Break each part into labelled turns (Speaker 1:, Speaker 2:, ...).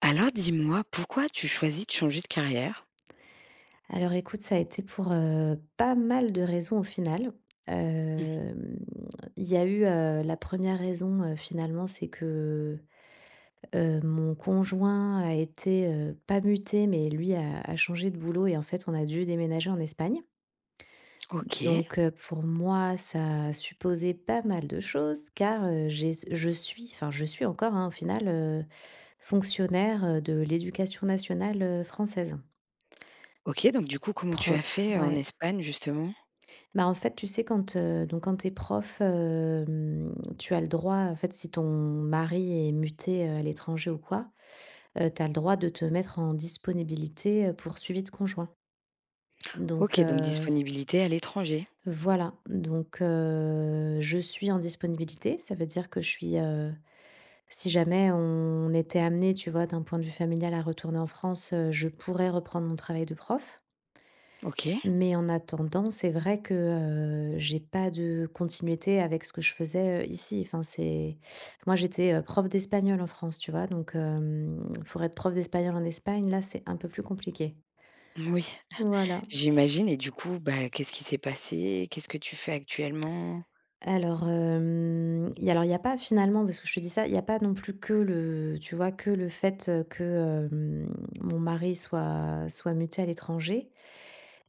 Speaker 1: Alors dis-moi, pourquoi tu choisis de changer de carrière?
Speaker 2: Alors écoute, ça a été pour, pas mal de raisons au final.
Speaker 1: Mmh.
Speaker 2: Hem, il y a eu, la première raison, finalement, c'est que, mon conjoint a été, pas muté, mais lui a changé de boulot et en fait, on a dû déménager en Espagne.
Speaker 1: OK,
Speaker 2: Donc, pour moi, ça supposait pas mal de choses car, j'ai je suis enfin, je suis encore, hein, au final, fonctionnaire, de l'éducation nationale, française.
Speaker 1: OK, donc du coup, comment tu as
Speaker 2: Prof,
Speaker 1: fait, en
Speaker 2: ouais.
Speaker 1: Espagne justement?
Speaker 2: Bah, en fait, tu sais, quand, donc quand t'es es prof, tu as le droit en fait, si ton mari est muté, à l'étranger ou quoi, tu as le droit de te mettre en disponibilité, pour suivi de conjoint. Donc
Speaker 1: OK, donc
Speaker 2: heu,
Speaker 1: disponibilité à l'étranger.
Speaker 2: voilà, je suis en disponibilité. Ça veut dire que je suis, si jamais on était amené tu vois, d'un point de vue familial à retourner en France, je pourrais reprendre mon travail de prof.
Speaker 1: OK.
Speaker 2: Mais en attendant, c'est vrai que, j'ai pas de continuité avec ce que je faisais, ici. Enfin, c'est moi, j'étais, prof d'espagnol en France, tu vois? Donc, pour être prof d'espagnol en Espagne, là, c'est un peu plus compliqué.
Speaker 1: Oui.
Speaker 2: Voilà.
Speaker 1: J'imagine et du coup, bah, qu'est-ce qui s'est passé? Qu'est-ce que tu fais actuellement?
Speaker 2: Alors, hem, y alors, il y a pas finalement parce que je te dis ça, il y a pas non plus que le tu vois? Que le fait, que, hem, mon mari soit muté à l'étranger.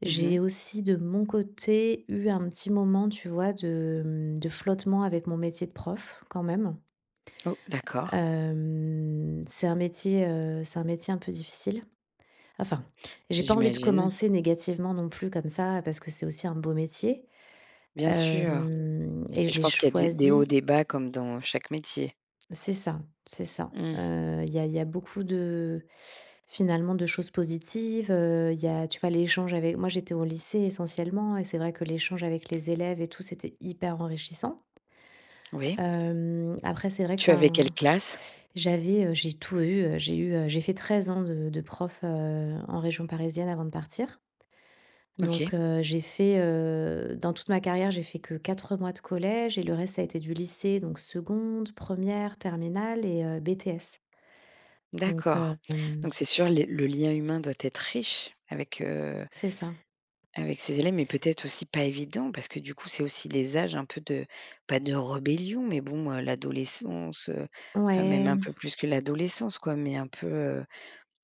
Speaker 2: J'ai
Speaker 1: Mmh.
Speaker 2: aussi de mon côté eu un petit moment, tu vois, de, de flottement avec mon métier de prof quand même.
Speaker 1: Oh d'accord,
Speaker 2: C'est un métier, un peu difficile. Enfin, j'ai pas envie de
Speaker 1: j'imagine.
Speaker 2: commencer négativement non plus comme ça parce que c'est aussi un beau métier,
Speaker 1: Bien sûr,
Speaker 2: hem et
Speaker 1: mais
Speaker 2: je
Speaker 1: je
Speaker 2: l'ai
Speaker 1: pense qu'il y a des hauts,
Speaker 2: choisi.
Speaker 1: des bas comme dans chaque métier.
Speaker 2: C'est ça, c'est ça.
Speaker 1: Mmh.
Speaker 2: Il y a il y a beaucoup de finalement, de choses positives, il y a tu vois, l'échange avec moi, j'étais au lycée essentiellement et c'est vrai que l'échange avec les élèves et tout, c'était hyper enrichissant.
Speaker 1: Oui.
Speaker 2: Après c'est vrai que
Speaker 1: Tu
Speaker 2: c'est
Speaker 1: avais quelle classe?
Speaker 2: j'avais, j'ai tout eu, j'ai eu, j'ai fait 13 ans de prof, en région parisienne avant de partir.
Speaker 1: OK,
Speaker 2: Donc, j'ai fait, dans toute ma carrière, j'ai fait que 4 mois de collège et le reste, ça a été du lycée, donc seconde, première terminale et BTS. Donc,
Speaker 1: d'accord.
Speaker 2: hem,
Speaker 1: Donc c'est sûr, les le lien humain doit être riche avec, heu.
Speaker 2: c'est ça.
Speaker 1: Avec ses élèves, mais peut-être aussi pas évident parce que du coup, c'est aussi les âges un peu de, pas de rébellion, mais bon, l'adolescence, enfin même
Speaker 2: Ouais.
Speaker 1: un peu plus que l'adolescence quoi, mais un peu,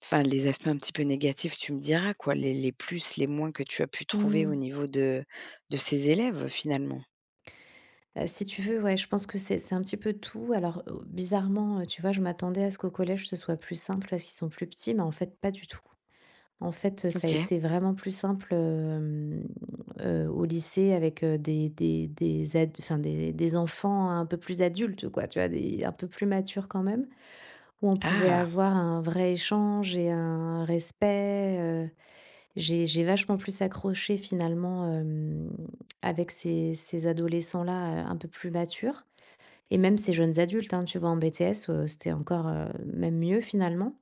Speaker 1: enfin les aspects un petit peu négatifs, tu me diras quoi, les plus, les moins que tu as pu trouver
Speaker 2: Mmh.
Speaker 1: au niveau de ces élèves, finalement?
Speaker 2: Si tu veux, ouais, je pense que c'est un petit peu tout. Alors, bizarrement, tu vois, je m'attendais à ce qu'au collège, ce soit plus simple parce qu'ils sont plus petits, mais en fait, pas du tout. En fait, ça a
Speaker 1: OK.
Speaker 2: été vraiment plus simple, au lycée avec, des ad enfin, des enfants un peu plus adultes, quoi, tu vois? Des un peu plus matures quand même, où on pouvait
Speaker 1: Ah!
Speaker 2: avoir un vrai échange et un respect. J'ai vachement plus accroché finalement, avec ces adolescents-là, un peu plus matures. Et même ces jeunes adultes, hein, tu vois? En BTS, c'était encore, même mieux finalement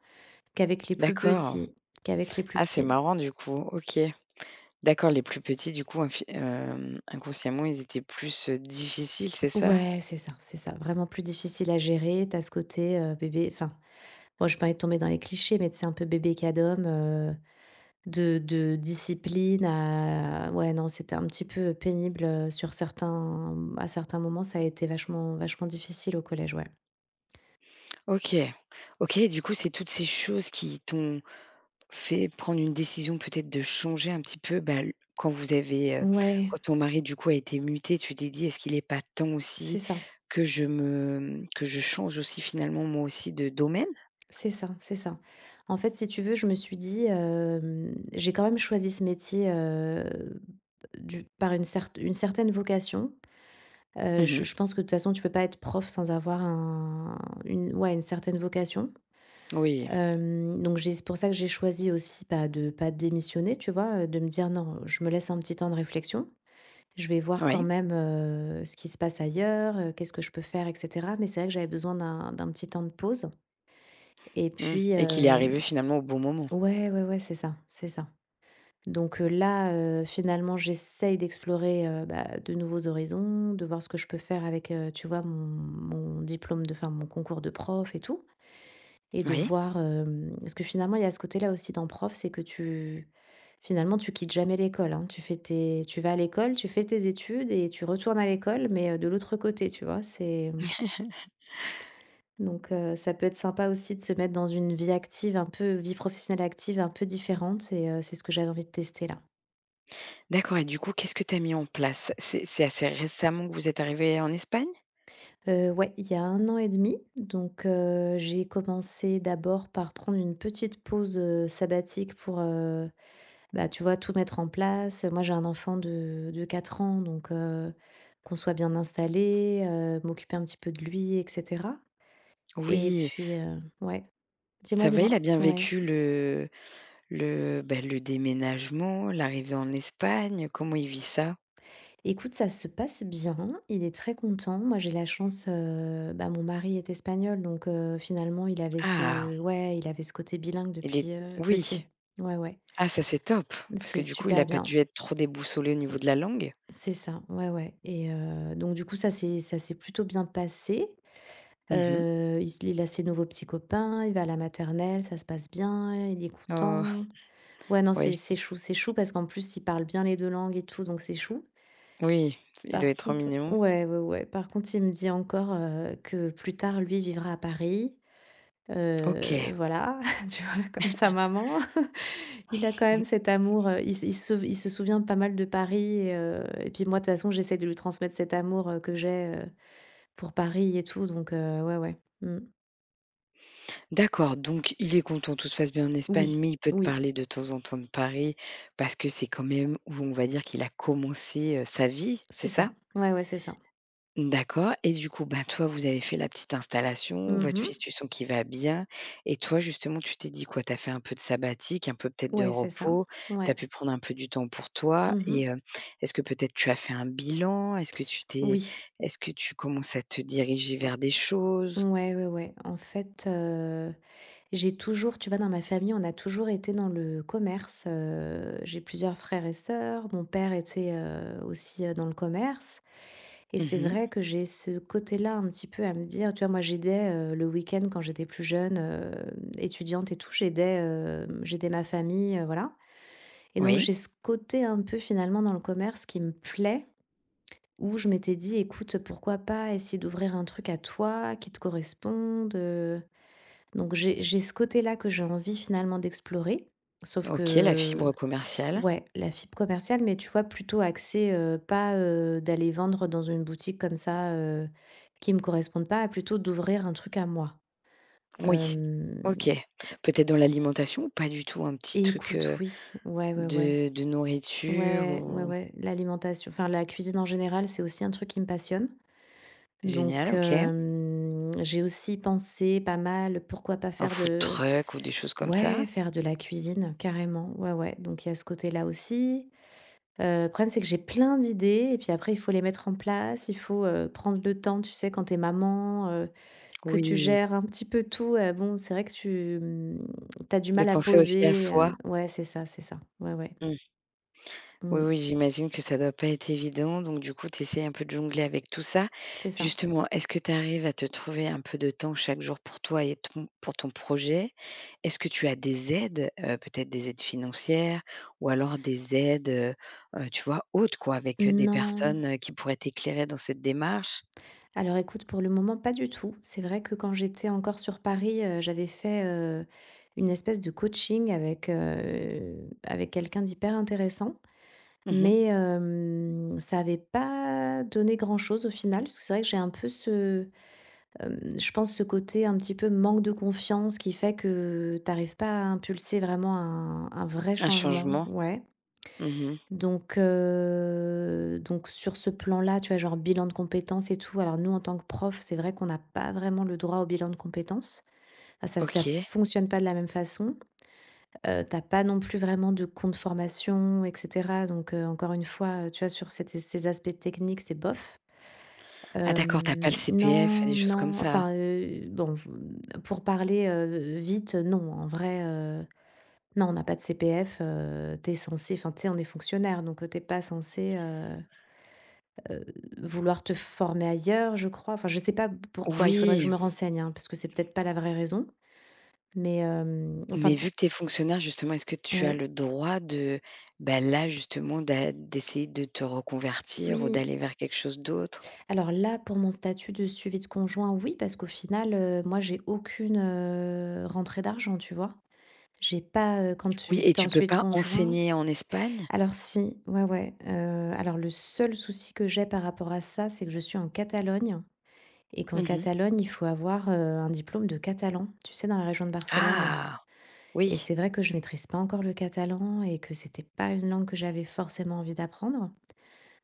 Speaker 2: qu'avec les plus
Speaker 1: D'accord.
Speaker 2: petits qu'avec les plus
Speaker 1: Ah, c'est
Speaker 2: petits.
Speaker 1: marrant du coup, OK. D'accord, les plus petits du coup, inconsciemment, ils étaient plus, difficiles, c'est ça?
Speaker 2: Ouais, c'est ça, c'est ça. Vraiment plus difficile à gérer. T'as ce côté, bébé enfin, moi, j'ai pas envie de tomber dans les clichés, mais c'est un peu bébé cadom, de discipline à ouais, non, c'était un petit peu pénible, sur certains à certains moments, ça a été vachement vachement difficile au collège, ouais.
Speaker 1: OK. OK, du coup, c'est toutes ces choses qui t'ont fait prendre une décision peut-être de changer un petit peu, bah, l quand vous avez,
Speaker 2: Ouais,
Speaker 1: quand ton mari, du coup, a été muté, tu t'es dit: «Est-ce qu'il n'est pas temps aussi
Speaker 2: c'est ça.
Speaker 1: que que je change aussi finalement moi aussi de domaine?»
Speaker 2: C'est ça, c'est ça. En fait, si tu veux, je me suis dit, j'ai quand même choisi ce métier, du par une cert une certaine vocation. Heu, je
Speaker 1: Mmh.
Speaker 2: je pense que de toute façon, tu peux pas être prof sans avoir un une ouais, une certaine vocation.
Speaker 1: Oui,
Speaker 2: Hem, donc j'ai c'est pour ça que j'ai choisi aussi, bah, de pas démissionner, tu vois? De me dire: «Non, je me laisse un petit temps de réflexion. Je vais voir quand
Speaker 1: oui.
Speaker 2: même, ce qui se passe ailleurs, qu'est-ce que je peux faire?» et cetera. Mais c'est vrai que j'avais besoin d'un petit temps de pause et
Speaker 1: Mmh,
Speaker 2: puis,
Speaker 1: et qu'il est
Speaker 2: mmh.
Speaker 1: arrivé finalement au bon moment.
Speaker 2: Ouais, ouais, ouais, c'est ça, c'est ça. Donc, finalement, j'essaye d'explorer, bah, de nouveaux horizons, de voir ce que je peux faire avec, tu vois, mon diplôme de enfin, mon concours de prof et tout et de
Speaker 1: Oui.
Speaker 2: voir, hem parce que finalement, il y a ce côté-là aussi dans prof, c'est que tu finalement, tu quittes jamais l'école, hein. Tu fais tes Tu vas à l'école, tu fais tes études et tu retournes à l'école, mais, de l'autre côté, tu vois? C'est donc ça peut être sympa aussi de se mettre dans une vie active un peu vie professionnelle active un peu différente et c'est ce que j'avais envie de tester là.
Speaker 1: D'accord et du coup, qu'est-ce que tu as mis en place? C'est assez récemment que vous êtes arrivé en Espagne?
Speaker 2: Ouais, il y a un an et demi, donc j'ai commencé d'abord par prendre une petite pause, sabbatique pour, bah, tu vois, tout mettre en place. Moi, j'ai un enfant de 4 ans, donc qu'on soit bien installé, m'occuper un petit peu de lui et cetera et
Speaker 1: Oui,
Speaker 2: puis, ouais. Dis-moi,
Speaker 1: ça va, il
Speaker 2: dis-moi?
Speaker 1: a bien
Speaker 2: Ouais.
Speaker 1: vécu le. Le déménagement, l'arrivée en Espagne, comment il vit ça?
Speaker 2: Écoute, ça se passe bien, il est très content. Moi, j'ai la chance, bah, mon mari est espagnol, donc finalement, il avait
Speaker 1: Ah,
Speaker 2: ce ouais, il avait ce côté bilingue
Speaker 1: il est
Speaker 2: depuis, petit.
Speaker 1: oui,
Speaker 2: Ouais, ouais.
Speaker 1: ah ça c'est top, parce
Speaker 2: C'est
Speaker 1: que du coup il a
Speaker 2: super
Speaker 1: pas dû
Speaker 2: bien.
Speaker 1: être trop déboussolé au
Speaker 2: Mmh,
Speaker 1: niveau de la langue?
Speaker 2: c'est ça, ouais, ouais et donc du coup, ça s'est plutôt bien passé.
Speaker 1: Mmh.
Speaker 2: Il a ses nouveaux petits copains, il va à la maternelle, ça se passe bien, il est
Speaker 1: Oh,
Speaker 2: content. Ouais, non, c'est
Speaker 1: oui,
Speaker 2: c'est chou, c'est chou parce qu'en plus, il parle bien les 2 langues et tout, donc c'est chou.
Speaker 1: oui, il doit
Speaker 2: Par
Speaker 1: être trop
Speaker 2: contre
Speaker 1: mignon.
Speaker 2: ouais, ouais, ouais. Par contre, il me dit encore, que plus tard, lui, vivra à Paris.
Speaker 1: OK.
Speaker 2: Voilà, tu vois? Comme sa maman. Il a quand même
Speaker 1: Mmh.
Speaker 2: cet amour, il se souvient pas mal de Paris et puis moi, de toute façon, j'essaie de lui transmettre cet amour, que j'ai, pour Paris et tout donc ouais, ouais. Mmh.
Speaker 1: D'accord, donc il est content, tout se passe bien en Espagne,
Speaker 2: Oui,
Speaker 1: mais il peut te
Speaker 2: oui,
Speaker 1: parler de temps en temps de Paris, parce que c'est quand même où on va dire qu'il a commencé, sa vie, c'est
Speaker 2: c'est ça.
Speaker 1: ça?
Speaker 2: Ouais, ouais, c'est ça.
Speaker 1: D'accord et du coup, ben toi, vous avez fait la petite installation, votre
Speaker 2: Mmh.
Speaker 1: fils, tu sens qu'il va bien et toi, justement, tu t'es dit quoi? Tu as fait un peu de sabbatique, un peu peut-être de
Speaker 2: Ouais, c'est ça.
Speaker 1: repos, tu
Speaker 2: Ouais.
Speaker 1: as pu prendre un peu du temps pour toi
Speaker 2: Mmh.
Speaker 1: et est-ce que peut-être tu as fait un bilan?
Speaker 2: Oui.
Speaker 1: Est-ce que tu commences à te diriger vers des choses?
Speaker 2: Ouais, ouais, ouais. En fait, j'ai toujours tu vois, dans ma famille, on a toujours été dans le commerce, j'ai plusieurs frères et sœurs, mon père était, aussi, dans le commerce et c'est
Speaker 1: Mmh.
Speaker 2: vrai que j'ai ce côté-là un petit peu à me dire tu vois, moi j'aidais, le week-end quand j'étais plus jeune, étudiante et tout, j'aidais ma famille, voilà et donc
Speaker 1: Oui,
Speaker 2: j'ai ce côté un peu finalement dans le commerce qui me plaît, où je m'étais dit: «Écoute, pourquoi pas essayer d'ouvrir un truc à toi, qui te corresponde, donc j'ai ce côté-là que j'ai envie finalement d'explorer. Sauf
Speaker 1: OK, la
Speaker 2: que,
Speaker 1: fibre commerciale.
Speaker 2: ouais, la fibre commerciale, mais tu vois, plutôt axée, pas d'aller vendre dans une boutique comme ça qui me correspondent pas, plutôt d'ouvrir un truc à moi.
Speaker 1: Oui.
Speaker 2: Euh,
Speaker 1: OK. Peut-être dans l'alimentation ou pas du tout? Un petit
Speaker 2: et
Speaker 1: truc,
Speaker 2: écoute, oui, ouais, ouais, ouais.
Speaker 1: de nourriture
Speaker 2: Ouais, ouais,
Speaker 1: ou,
Speaker 2: ouais. L'alimentation, enfin la cuisine en général, c'est aussi un truc qui me passionne.
Speaker 1: génial,
Speaker 2: Donc,
Speaker 1: OK.
Speaker 2: j'ai aussi pensé pas mal, pourquoi pas
Speaker 1: Un
Speaker 2: faire
Speaker 1: food
Speaker 2: de,
Speaker 1: truck ou des choses comme ça?
Speaker 2: ouais, faire de la cuisine, carrément. Ouais, ouais. Donc il y a ce côté-là aussi. Le problème, c'est que j'ai plein d'idées et puis après, il faut les mettre en place. Il faut, prendre le temps, tu sais, quand t'es maman, que tu
Speaker 1: Oui,
Speaker 2: gères un petit peu tout, bon, c'est vrai que tu, as du
Speaker 1: de
Speaker 2: mal à
Speaker 1: penser aussi à
Speaker 2: poser,
Speaker 1: soi.
Speaker 2: ouais, c'est ça, c'est ça. Ouais, ouais.
Speaker 1: Mmh. Oui,
Speaker 2: Mmh.
Speaker 1: oui, j'imagine que ça doit pas être évident, donc du coup, tu essaies un peu de jongler avec tout ça.
Speaker 2: C'est ça.
Speaker 1: Justement, est-ce que tu arrives à te trouver un peu de temps chaque jour pour toi et ton pour ton projet? Est-ce que tu as des aides, peut-être des aides financières ou alors des aides, tu vois, autres quoi, avec, des
Speaker 2: Non.
Speaker 1: personnes, qui pourraient t'éclairer dans cette démarche?
Speaker 2: Alors écoute, pour le moment, pas du tout. C'est vrai que quand j'étais encore sur Paris, j'avais fait, une espèce de coaching avec, avec quelqu'un d'hyper intéressant.
Speaker 1: Mmh.
Speaker 2: Mais ça avait pas donné grand-chose au final, parce que c'est vrai que j'ai un peu ce, je pense ce côté un petit peu manque de confiance qui fait que t'arrives pas à impulser vraiment un vrai
Speaker 1: Un
Speaker 2: changement,
Speaker 1: changement?
Speaker 2: ouais.
Speaker 1: Mmh.
Speaker 2: Donc sur ce plan-là, tu vois, genre bilan de compétences et tout, alors nous en tant que prof, c'est vrai qu'on n'a pas vraiment le droit au bilan de compétences. Ah ça
Speaker 1: OK.
Speaker 2: fonctionne pas de la même façon. Tu pas non plus vraiment de compte formation et cetera donc encore une fois, tu vois, sur cet ces aspects techniques, c'est bof.
Speaker 1: Ah d'accord, t'as pas le CPF et
Speaker 2: Non,
Speaker 1: des choses comme
Speaker 2: non,
Speaker 1: ça?
Speaker 2: enfin, bon, pour parler, vite, non, en vrai, non, on n'a pas de CPF, tu es censé enfin, tu sais, on est fonctionnaire donc tu pas censé, heu, vouloir te former ailleurs, je crois. Enfin, je sais pas pourquoi, il faudrait que je
Speaker 1: Oui,
Speaker 2: me renseigne, hein, parce que c'est peut-être pas la vraie raison mais
Speaker 1: mais
Speaker 2: enfin,
Speaker 1: vu que tu es fonctionnaire justement, est-ce que tu as
Speaker 2: ouais.
Speaker 1: le droit de, bah, là justement d'essayer de te reconvertir ou
Speaker 2: Oui.
Speaker 1: d'aller vers quelque chose d'autre?
Speaker 2: Alors là, pour mon statut de suivi de conjoint, oui, parce qu'au final, moi, j'ai aucune, rentrée d'argent, tu vois? J'ai pas, quand
Speaker 1: Oui
Speaker 2: tu
Speaker 1: et
Speaker 2: tu es
Speaker 1: tu
Speaker 2: en
Speaker 1: peux
Speaker 2: suivi de
Speaker 1: pas
Speaker 2: conjoint
Speaker 1: enseigner en Espagne?
Speaker 2: alors si, ouais, ouais, alors le seul souci que j'ai par rapport à ça, c'est que je suis en Catalogne et qu'en
Speaker 1: Mmh.
Speaker 2: Catalogne, il faut avoir, un diplôme de catalan, tu sais, dans la région de Barcelone
Speaker 1: Ah!
Speaker 2: et
Speaker 1: Oui,
Speaker 2: c'est vrai que je maîtrise pas encore le catalan et que c'était pas une langue que j'avais forcément envie d'apprendre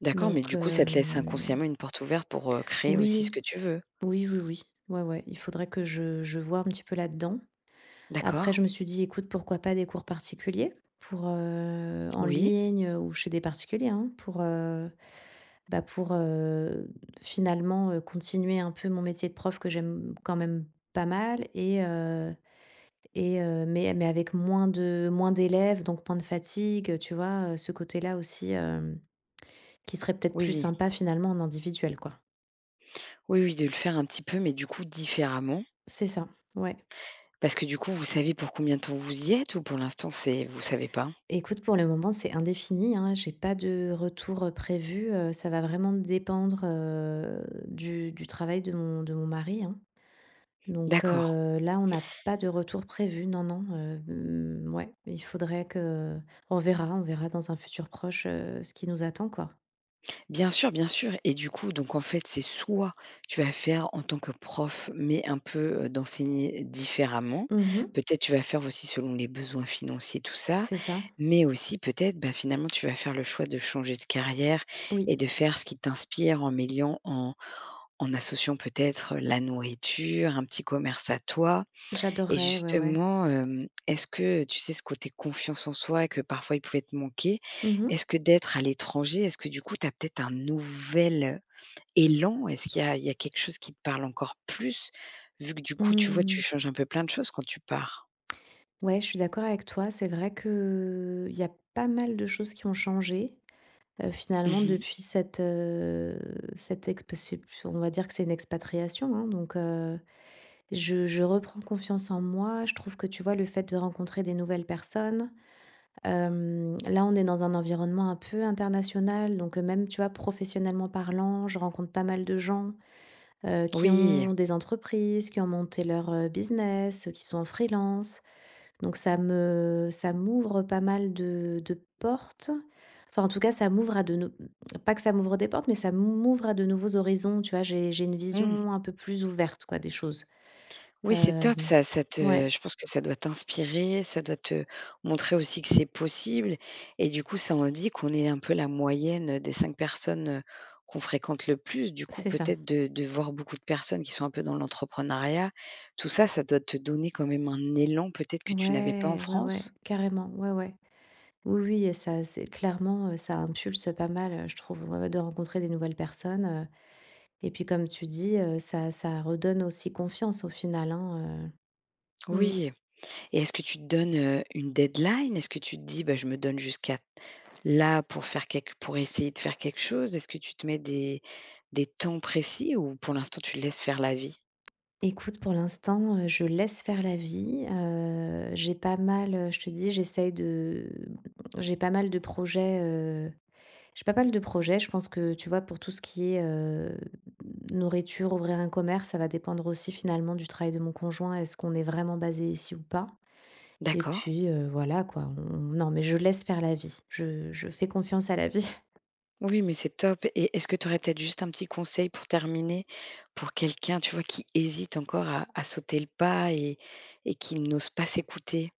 Speaker 1: d'accord, mais
Speaker 2: donc
Speaker 1: du coup ça te laisse inconsciemment une porte ouverte pour, créer aussi ce
Speaker 2: oui.
Speaker 1: que tu veux.
Speaker 2: Oui, oui, oui. Ouais, ouais, il faudrait que je voie un petit peu là-dedans. Après,
Speaker 1: D'accord,
Speaker 2: je me suis dit: «Écoute, pourquoi pas des cours particuliers?» pour, en
Speaker 1: oui,
Speaker 2: ligne, ou chez des particuliers, hein, pour, bah, pour, finalement, continuer un peu mon métier de prof que j'aime quand même pas mal et mais avec moins d'élèves, donc moins de fatigue, tu vois? Ce côté-là aussi, qui serait peut-être plus
Speaker 1: oui,
Speaker 2: sympa finalement en individuel, quoi.
Speaker 1: oui, oui, de le faire un petit peu, mais du coup différemment.
Speaker 2: C'est ça, ouais.
Speaker 1: Parce que du coup, vous savez pour combien de temps vous y êtes ou pour l'instant c'est, vous savez pas?
Speaker 2: Écoute, pour le moment, c'est indéfini, hein. J'ai pas de retour, prévu, ça va vraiment dépendre, du travail de mon mari, hein. Donc,
Speaker 1: D'accord.
Speaker 2: là, on n'a pas de retour prévu, non, non, ouais, il faudrait que on verra dans un futur proche, ce qui nous attend, quoi.
Speaker 1: Bien sûr et du coup, donc en fait, c'est soit tu vas faire en tant que prof, mais un peu, d'enseigner différemment.
Speaker 2: Mmh,
Speaker 1: Peut-être tu vas faire aussi selon les besoins financiers, tout ça,
Speaker 2: c'est ça.
Speaker 1: mais aussi peut-être, bah, finalement, tu vas faire le choix de changer de carrière
Speaker 2: Oui,
Speaker 1: et de faire ce qui t'inspire en mêlant, en associant peut-être, la nourriture, un petit commerce à toi et
Speaker 2: j'adorerais, ouais, ouais.
Speaker 1: justement, est-ce que, tu sais, ce côté confiance en soi que parfois il pouvait te manquer,
Speaker 2: Mmh mh.
Speaker 1: est-ce que d'être à l'étranger, est-ce que du coup tu as peut-être un nouvel élan? Est-ce qu'il y a quelque chose qui te parle encore plus? Vu que du coup, tu vois,
Speaker 2: Mmh.
Speaker 1: tu changes un peu plein de choses quand tu pars.
Speaker 2: Ouais, je suis d'accord avec toi, c'est vrai que il y a pas mal de choses qui ont changé. Finalement
Speaker 1: Mmh.
Speaker 2: depuis cette, cette exp c'est on va dire que c'est une expatriation, hein, donc je reprends confiance en moi. Je trouve que, tu vois, le fait de rencontrer des nouvelles personnes, là, on est dans un environnement un peu international, donc même, tu vois, professionnellement parlant, je rencontre pas mal de gens, qui
Speaker 1: Oui.
Speaker 2: ont des entreprises, qui ont monté leur, business, qui sont en freelance. Donc ça m'ouvre pas mal de portes. Enfin, en tout cas, ça m'ouvre à de nou pas que ça m'ouvre des portes, mais ça m'ouvre à de nouveaux horizons, tu vois? J'ai une
Speaker 1: Mmh.
Speaker 2: vision un peu plus ouverte, quoi, des choses.
Speaker 1: Oui, c'est top
Speaker 2: Hem,
Speaker 1: ça, ça te
Speaker 2: ouais,
Speaker 1: je pense que ça doit t'inspirer, ça doit te montrer aussi que c'est possible et du coup, ça en dit qu'on est un peu la moyenne, des 5 personnes, qu'on fréquente le plus. Du coup,
Speaker 2: c'est ça.
Speaker 1: peut-être de voir beaucoup de personnes qui sont un peu dans l'entrepreneuriat, tout ça, ça doit te donner quand même un élan peut-être que tu n'avais pas en
Speaker 2: Ouais, ouais, ouais,
Speaker 1: France?
Speaker 2: carrément, ouais, ouais. Oui, oui et ça c'est clairement, ça impulse pas mal, je trouve, ouais, ouais, de rencontrer des nouvelles personnes, et puis comme tu dis, ça redonne aussi confiance au final, hein, Mmh.
Speaker 1: Oui et est-ce que tu te donnes, une deadline? Est-ce que tu te dis: «Bah, je me donne jusqu'à là, pour faire quelque pour essayer de faire quelque chose, est-ce que tu te mets des temps précis ou pour l'instant tu laisses faire la vie?»
Speaker 2: Écoute, pour l'instant, je laisse faire la vie, j'ai pas mal, je te dis, j'essaye de j'ai pas mal de projets, j'ai pas mal de projets. Je pense que, tu vois, pour tout ce qui est, nourriture, ouvrir un commerce, ça va dépendre aussi finalement du travail de mon conjoint. Est-ce qu'on est vraiment basé ici ou pas? Et
Speaker 1: D'accord.
Speaker 2: puis, voilà quoi, on non mais je laisse faire la vie. Je fais confiance à la vie.
Speaker 1: Oui, mais c'est top et est-ce que tu aurais peut-être juste un petit conseil pour terminer, pour quelqu'un, tu vois, qui hésite encore à sauter le pas et qui n'ose pas s'écouter?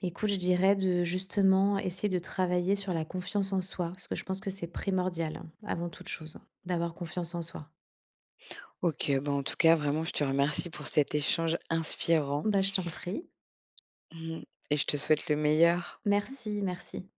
Speaker 2: Écoute, je dirais de justement essayer de travailler sur la confiance en soi, parce que je pense que c'est primordial, hein, avant toute chose, hein, d'avoir confiance en soi.
Speaker 1: OK, bah, en tout cas, vraiment, je te remercie pour cet échange inspirant,
Speaker 2: Bah, je t'en prie.
Speaker 1: mmh et je te souhaite le meilleur.
Speaker 2: Merci, merci.